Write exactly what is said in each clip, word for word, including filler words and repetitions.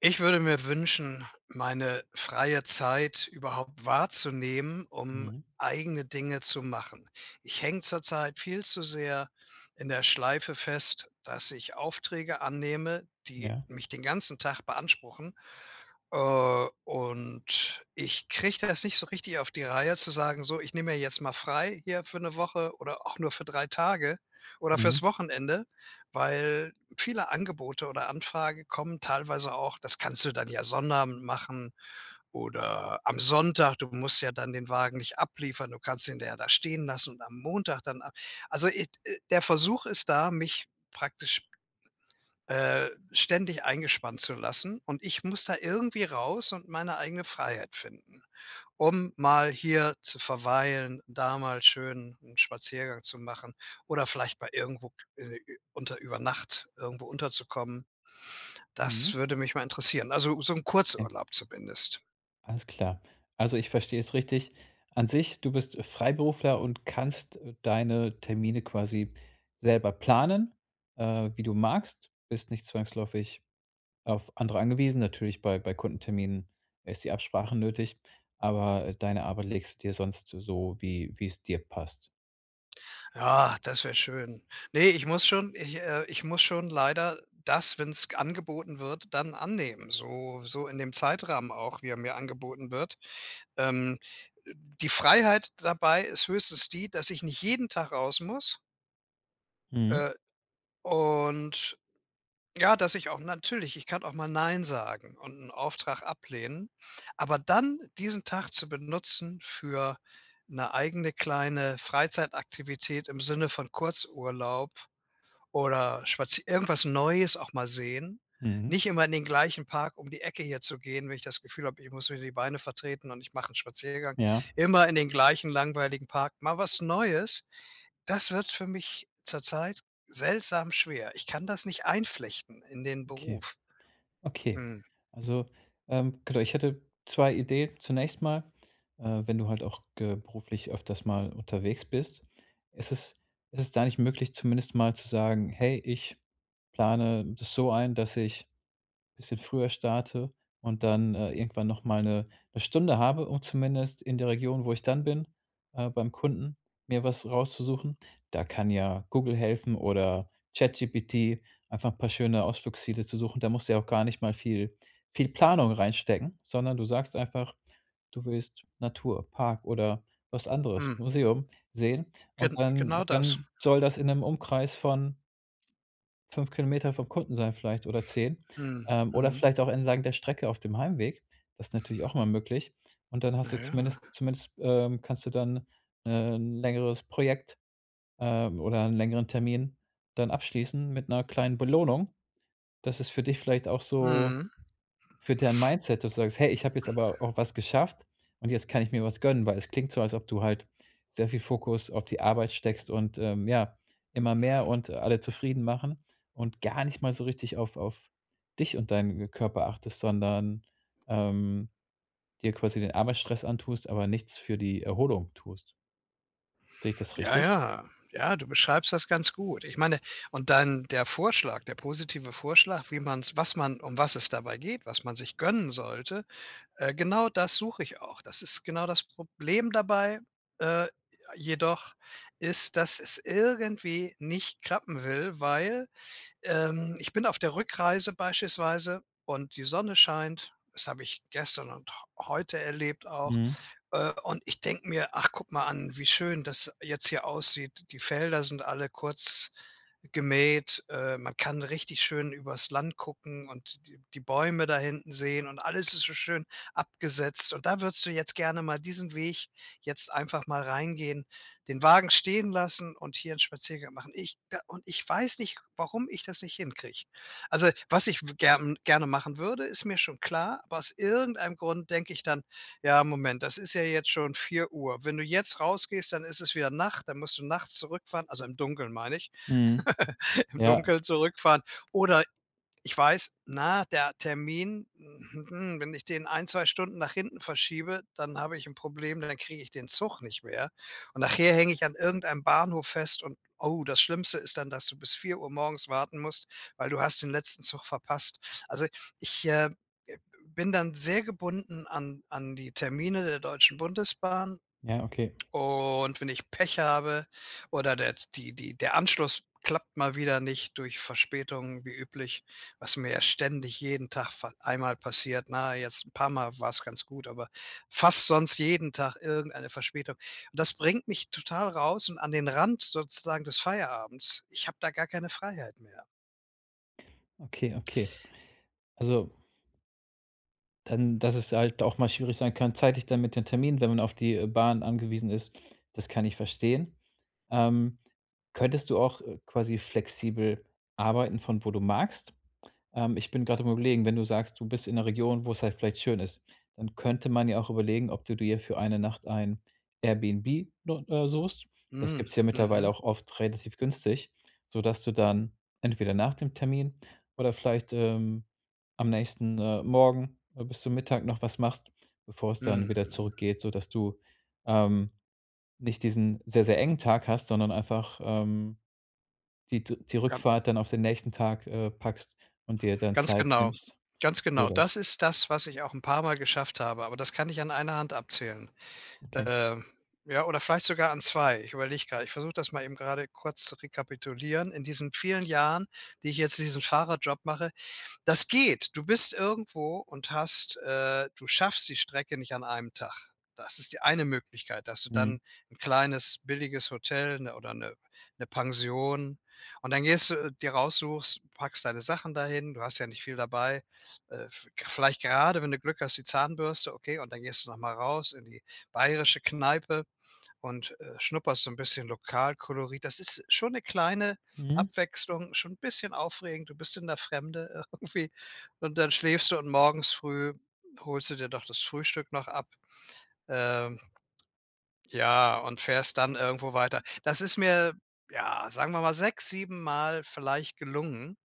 Ich würde mir wünschen, meine freie Zeit überhaupt wahrzunehmen, um Mhm. eigene Dinge zu machen. Ich hänge zurzeit viel zu sehr in der Schleife fest, dass ich Aufträge annehme, die Ja. mich den ganzen Tag beanspruchen, äh, und ich kriege das nicht so richtig auf die Reihe zu sagen: „So, ich nehme mir jetzt mal frei hier für eine Woche oder auch nur für drei Tage oder Mhm. fürs Wochenende“, weil viele Angebote oder Anfragen kommen, teilweise auch, das kannst du dann ja Sonnabend machen oder am Sonntag. Du musst ja dann den Wagen nicht abliefern, du kannst ihn ja da stehen lassen und am Montag dann ab also, it äh, der Versuch ist da, mich praktisch, äh, ständig eingespannt zu lassen, und ich muss da irgendwie raus und meine eigene Freiheit finden, um mal hier zu verweilen, da mal schön einen Spaziergang zu machen oder vielleicht bei irgendwo, äh, unter über Nacht irgendwo unterzukommen. Das Mhm. würde mich mal interessieren. Also, so 'n Ja, Kurzurlaub zumindest. alles klar. Also, ich verstehe es richtig. An sich, du bist Freiberufler und kannst, äh, deine Termine quasi selber planen, äh, wie du magst. Bist nicht zwangsläufig auf andere angewiesen. Natürlich bei bei Kundenterminen ist die Absprache nötig, aber, äh, deine Arbeit legst du dir sonst so, wie wie es dir passt. Ja, das wäre schön. Ne, ich muss schon, ich, äh ich muss schon leider das, wenn es angeboten wird, dann annehmen, so so in dem Zeitrahmen auch, wie er mir angeboten wird. Ähm, die Freiheit dabei ist höchstens die, dass ich nicht jeden Tag raus muss, Mhm. äh, und ja, dass ich auch, natürlich, ich kann auch mal nein sagen und einen Auftrag ablehnen, aber dann diesen Tag zu benutzen für eine eigene kleine Freizeitaktivität im Sinne von Kurzurlaub oder spazi irgendwas Neues auch mal sehen. Mhm. Nicht immer in den gleichen Park um die Ecke hier zu gehen, wenn ich das Gefühl habe, ich muss mir die Beine vertreten und ich mache einen Spaziergang. Ja, Immer in den gleichen langweiligen Park. Mal was Neues, das wird für mich zurzeit seltsam schwer. Ich kann das nicht einflechten in den okay. Beruf. Okay. Mhm, Also, ähm, genau, ich hätte zwei Ideen. Zunächst mal, äh, wenn du halt auch ge beruflich öfters mal unterwegs bist, ist es ist es da nicht möglich, zumindest mal zu sagen: „Hey, ich plane das so ein, dass ich“ bisschen früher starte und dann, äh, irgendwann noch mal eine Stunde habe, um zumindest in der Region, wo ich dann bin, äh, beim Kunden, mir was rauszusuchen. Da kann ja Google helfen oder ChatGPT, einfach 'n paar schöne Ausflugsziele zu suchen. Da musst du ja auch gar nicht mal viel viel Planung reinstecken, sondern du sagst einfach, du willst Natur, Park oder was anderes, mhm, Museum sehen und gen genau dann das. dann soll das in einem Umkreis von fünf Kilometer vom Kunden sein vielleicht oder zehn, Mhm, ähm, oder mhm. vielleicht auch entlang der Strecke auf dem Heimweg. Das ist natürlich auch immer möglich. Und dann hast Na du ja. zumindest zumindest, ähm, kannst du dann, äh, 'n längeres Projekt, ähm, oder einen längeren Termin dann abschließen mit einer kleinen Belohnung. Das ist für dich vielleicht auch so Mhm. für dein Mindset, dass du sagst: „Hey, ich habe jetzt aber auch was geschafft und jetzt kann ich mir was gönnen“, weil es klingt so, als ob du halt sehr viel Fokus auf die Arbeit steckst und, ähm, ja, immer mehr und alle zufrieden machen und gar nicht mal so richtig auf auf dich und deinen Körper achtest, sondern, ähm, dir quasi den Arbeitsstress antust, aber nichts für die Erholung tust. Sehe ich das Ja, richtig? ja. Ja, du beschreibst das ganz gut. Ich meine, und dann der Vorschlag, der positive Vorschlag, wie man's was man um was es dabei geht, was man sich gönnen sollte, äh, genau das suche ich auch. Das ist genau das Problem dabei, äh, jedoch ist, dass es irgendwie nicht klappen will, weil, ähm, ich bin auf der Rückreise beispielsweise und die Sonne scheint. Das habe ich gestern und heute erlebt auch. Mhm. Äh, und ich denke mir: „Ach, guck mal an, wie schön das jetzt hier aussieht.“ Die Felder sind alle kurz gemäht. Äh, man kann richtig schön übers Land gucken und die die Bäume da hinten sehen, und alles ist so schön abgesetzt. Und da würdest du jetzt gerne mal diesen Weg jetzt einfach mal reingehen, den Wagen stehen lassen und hier einen Spaziergang machen. Ich und ich weiß nicht, warum ich das nicht hinkriege. Also, was ich w gern gerne machen würde, ist mir schon klar, aber aus irgendeinem Grund denke ich dann: „Ja, Moment, das ist ja jetzt schon vier Uhr. Wenn du jetzt rausgehst, dann ist es wieder Nacht, dann musst du nachts zurückfahren“, also im Dunkeln meine ich, Mhm. im Ja, Dunkeln zurückfahren. Oder ich weiß, na, der Termin, hm, wenn ich den ein zwei Stunden nach hinten verschiebe, dann habe ich ein Problem, dann kriege ich den Zug nicht mehr. Und nachher hänge ich an irgendeinem Bahnhof fest und, oh, das Schlimmste ist dann, dass du bis vier Uhr morgens warten musst, weil du hast den letzten Zug verpasst. Also, ich, äh, bin dann sehr gebunden an an die Termine der Deutschen Bundesbahn, ja, okay. und wenn ich Pech habe oder der die die der Anschluss klappt mal wieder nicht durch Verspätungen wie üblich, was mir ja ständig jeden Tag fa einmal passiert. Na, jetzt ein paar Mal war es ganz gut, aber fast sonst jeden Tag irgendeine Verspätung. Und das bringt mich total raus und an den Rand sozusagen des Feierabends. Ich habe da gar keine Freiheit mehr. Okay, okay. Also. Dann, dass es halt auch mal schwierig sein kann, zeitlich dann mit den Terminen, wenn man auf die, äh, Bahn angewiesen ist, das kann ich verstehen. Ähm, Könntest du auch, äh, quasi flexibel arbeiten, von wo du magst? Ähm, ich bin gerade am Überlegen, wenn du sagst, du bist in 'ner Region, wo es halt vielleicht schön ist, dann könnte man ja auch überlegen, ob du dir für eine Nacht ein Airbnb no äh, suchst. Das Mhm, gibt's ja mittlerweile mhm, auch oft relativ günstig, sodass du dann entweder nach dem Termin oder vielleicht, ähm, am nächsten, äh, Morgen, äh, bis zum Mittag noch was machst, bevor es dann wieder mhm. zurückgeht, sodass du, ähm, nicht diesen sehr, sehr engen Tag hast, sondern einfach, ähm die die Gan Rückfahrt dann auf den nächsten Tag, äh, packst und dir dann ganz Zeit genau. nimmst Ganz für genau. das. Das ist das, was ich auch ein paar Mal geschafft habe, aber das kann ich an einer Hand abzählen. Okay. Ähm, ja, oder vielleicht sogar an zwei. Ich überlege gerade. Ich versuche das mal eben gerade kurz zu rekapitulieren. In diesen vielen Jahren, die ich jetzt diesen Fahrerjob mache, das geht. Du bist irgendwo und hast, äh, du schaffst die Strecke nicht an einem Tag. Das ist die eine Möglichkeit, dass du Mhm. dann 'n kleines billiges Hotel, 'ne oder 'ne 'ne Pension, und dann gehst du, äh, dir raussuchst, packst deine Sachen dahin. Du hast ja nicht viel dabei. Äh, v vielleicht gerade, wenn du Glück hast, die Zahnbürste, okay, und dann gehst du noch mal raus in die bayerische Kneipe und, äh, schnupperst so ein bisschen Lokalkolorit. Das ist schon eine kleine Mhm. Abwechslung, schon 'n bisschen aufregend. Du bist in der Fremde irgendwie, und dann schläfst du und morgens früh holst du dir doch das Frühstück noch ab, ähm, ja, und fährst dann irgendwo weiter. Das ist mir, ja, sagen wir mal, sechs, sieben Mal vielleicht gelungen.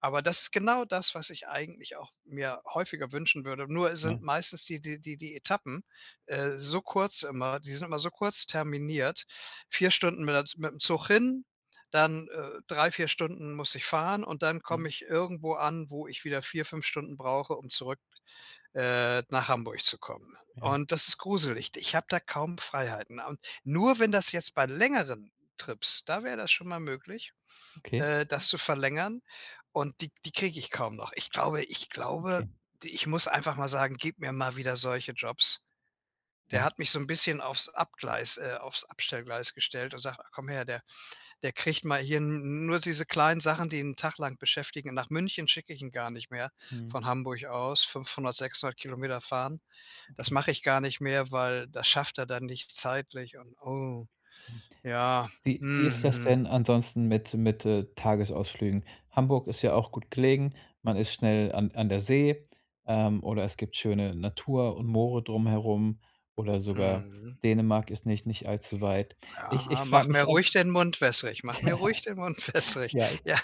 Aber das ist genau das, was ich eigentlich auch mir häufiger wünschen würde. Nur sind Ja. meistens die die die die Etappen, äh, so kurz immer die sind immer so kurz terminiert. Vier Stunden mit der mit'm Zug hin, dann, äh, drei, vier Stunden muss ich fahren, und dann komme Mhm. ich irgendwo an, wo ich wieder vier fünf Stunden brauche, um zurück, äh, nach Hamburg zu kommen. Ja. Und das ist gruselig. Ich habe da kaum Freiheiten. Und nur wenn das jetzt bei längeren Trips, da wäre das schon mal möglich, Okay, äh, das zu verlängern, und die die kriege ich kaum noch. Ich glaube ich glaube, okay. ich muss einfach mal sagen: „Gib mir mal wieder solche Jobs.“ Der Ja. hat mich so ein bisschen aufs Abgleis äh, aufs Abstellgleis gestellt und sagt: „Ach, komm her, der der kriegt mal hier n nur diese kleinen Sachen, die ihn 'n Tag lang beschäftigen. Nach München schicke ich ihn gar nicht mehr Mhm. von Hamburg aus, fünfhundert, sechshundert Kilometer fahren. Das Okay. mache ich gar nicht mehr, weil das schafft er dann nicht zeitlich“, und, oh, Mhm. ja. Wie wie ist das Mhm, denn ansonsten mit mit, äh, Tagesausflügen? Hamburg ist ja auch gut gelegen. Man ist schnell an an der See, ähm, oder es gibt schöne Natur und Moore drumherum oder mhm, sogar mhm. Dänemark ist nicht nicht allzu weit. Ich Aha, ich frage mach mir mich ab ruhig den Mund wässrig, mach mir ruhig den Mund wässrig. ja, Ja,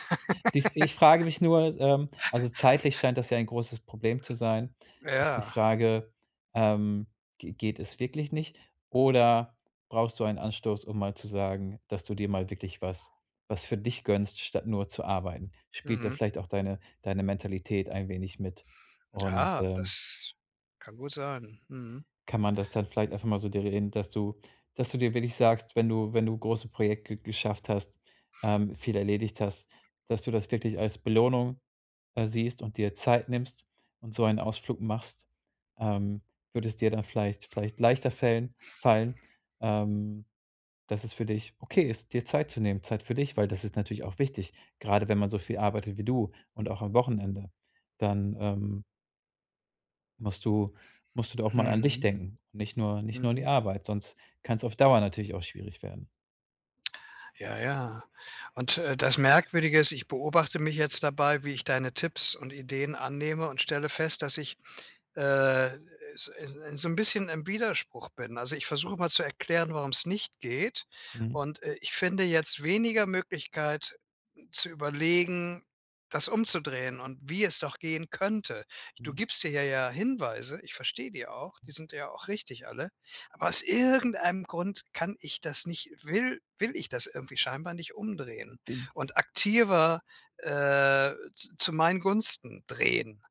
Die F ich frage mich nur, ähm also, zeitlich scheint das ja ein großes Problem zu sein, ist die ja. Frage, ähm, ge geht es wirklich nicht oder brauchst du einen Anstoß, um mal zu sagen, dass du dir mal wirklich was was für dich gönnst, statt nur zu arbeiten? Spielt da Mhm. vielleicht auch deine deine Mentalität ein wenig mit und, Ja, ähm das kann gut sein. Mhm. kann man das dann vielleicht einfach mal so dir reden, dass du dass du dir wirklich sagst, wenn du wenn du große Projekte geschafft hast, ähm, viel erledigt hast, dass du das wirklich als Belohnung, äh, siehst und dir Zeit nimmst und so einen Ausflug machst, ähm, würde es dir dann vielleicht vielleicht leichter fällen fallen, ähm, dass es für dich okay ist, dir Zeit zu nehmen, Zeit für dich, weil das ist natürlich auch wichtig, gerade wenn man so viel arbeitet wie du und auch am Wochenende. Dann, ähm Musst du musst du da auch mal an dich Mhm. denken und nicht nur nicht nur an die Mhm. Arbeit, sonst kann es auf Dauer natürlich auch schwierig werden. Ja, ja. Und, äh, das Merkwürdige ist, ich beobachte mich jetzt dabei, wie ich deine Tipps und Ideen annehme und stelle fest, dass ich, äh, s in in so ein bisschen im Widerspruch bin. Also, ich versuche mal zu erklären, warum es nicht geht, Mhm, und, äh, ich finde jetzt weniger Möglichkeit, zu überlegen, das umzudrehen und wie es doch gehen könnte. Du ja. gibst dir ja ja Hinweise, ich verstehe die auch, die sind ja auch richtig alle, aber aus irgendeinem Grund kann ich das nicht, will will ich das irgendwie scheinbar nicht umdrehen Wie und aktiver, äh, z zu meinen Gunsten drehen.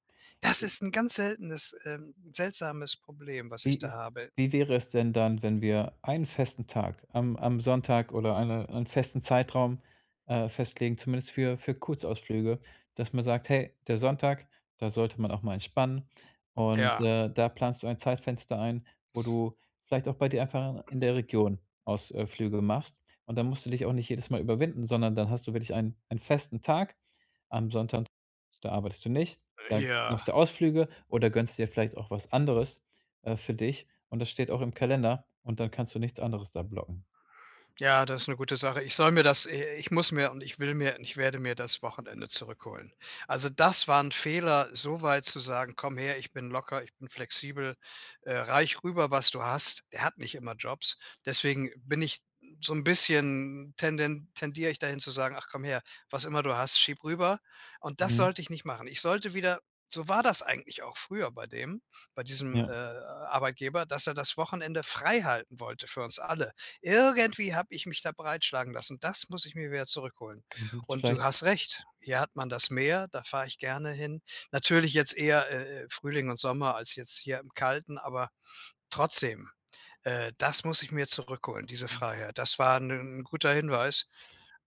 Das ist ein ganz seltenes, ähm, seltsames Problem, was ich da Wie habe. wie wäre es denn dann, wenn wir einen festen Tag am am Sonntag oder eine einen festen Zeitraum, äh, festlegen, zumindest für für Kurzausflüge, dass man sagt: „Hey, der Sonntag, da sollte man auch mal entspannen.“ Und, Ja, äh, da planst du ein Zeitfenster ein, wo du vielleicht auch bei dir einfach in der Region Ausflüge äh, Flüge machst. Und dann musst du dich auch nicht jedes Mal überwinden, sondern dann hast du wirklich einen einen festen Tag am Sonntag. Da arbeitest du nicht, da ja. machst du Ausflüge oder gönnst dir vielleicht auch was anderes, äh, für dich und das steht auch im Kalender und dann kannst du nichts anderes da blocken. Ja, das ist eine gute Sache. Ich soll mir das, i ich muss mir und ich will mir und ich werde mir das Wochenende zurückholen. Also, das war ein Fehler, so weit zu sagen: „Komm her, ich bin locker, ich bin flexibel, äh, reich rüber, was du hast.“ Der hat nicht immer Jobs. Deswegen bin ich so ein bisschen, tenden tendiere ich dahin zu sagen: „Ach, komm her, was immer du hast, schieb rüber.“ Und das Mhm, sollte ich nicht machen. Ich sollte wieder, so war das eigentlich auch früher bei dem bei diesem, äh, ja. Arbeitgeber, dass er das Wochenende frei halten wollte für uns alle. Irgendwie habe ich mich da breitschlagen lassen. Das muss ich mir wieder zurückholen. Okay, du musst Und du vielleicht hast recht, hier hat man das Meer, da fahre ich gerne hin. Natürlich jetzt eher, äh, äh, Frühling und Sommer als jetzt hier im Kalten, aber trotzdem, äh, das muss ich mir zurückholen, diese ja, Freiheit. Das war ein 'n guter Hinweis.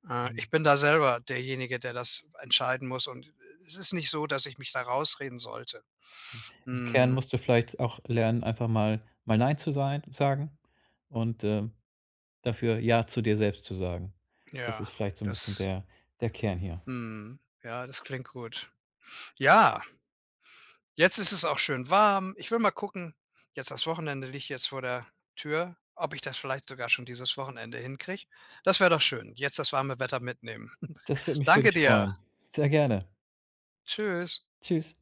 Äh, ich im bin da selber derjenige, der das entscheiden muss, und, äh, es ist nicht so, dass ich mich da rausreden sollte. im Kern Mhm, musst du vielleicht auch lernen, einfach mal mal „Nein“ zu sein sagen und, ähm, dafür „Ja“ zu dir selbst zu sagen. Das ja, ist vielleicht so ein bisschen das der der Kern hier. mhm, ja, das klingt gut. Ja. Jetzt ist es auch schön warm. Ich will mal gucken, jetzt das Wochenende liegt jetzt vor der Tür, ob ich das vielleicht sogar schon dieses Wochenende hinkriege. Das wäre doch schön, jetzt das warme Wetter mitnehmen. Das würde mich für Danke dich dir. freuen. Sehr gerne. Tschüss. Tschüss.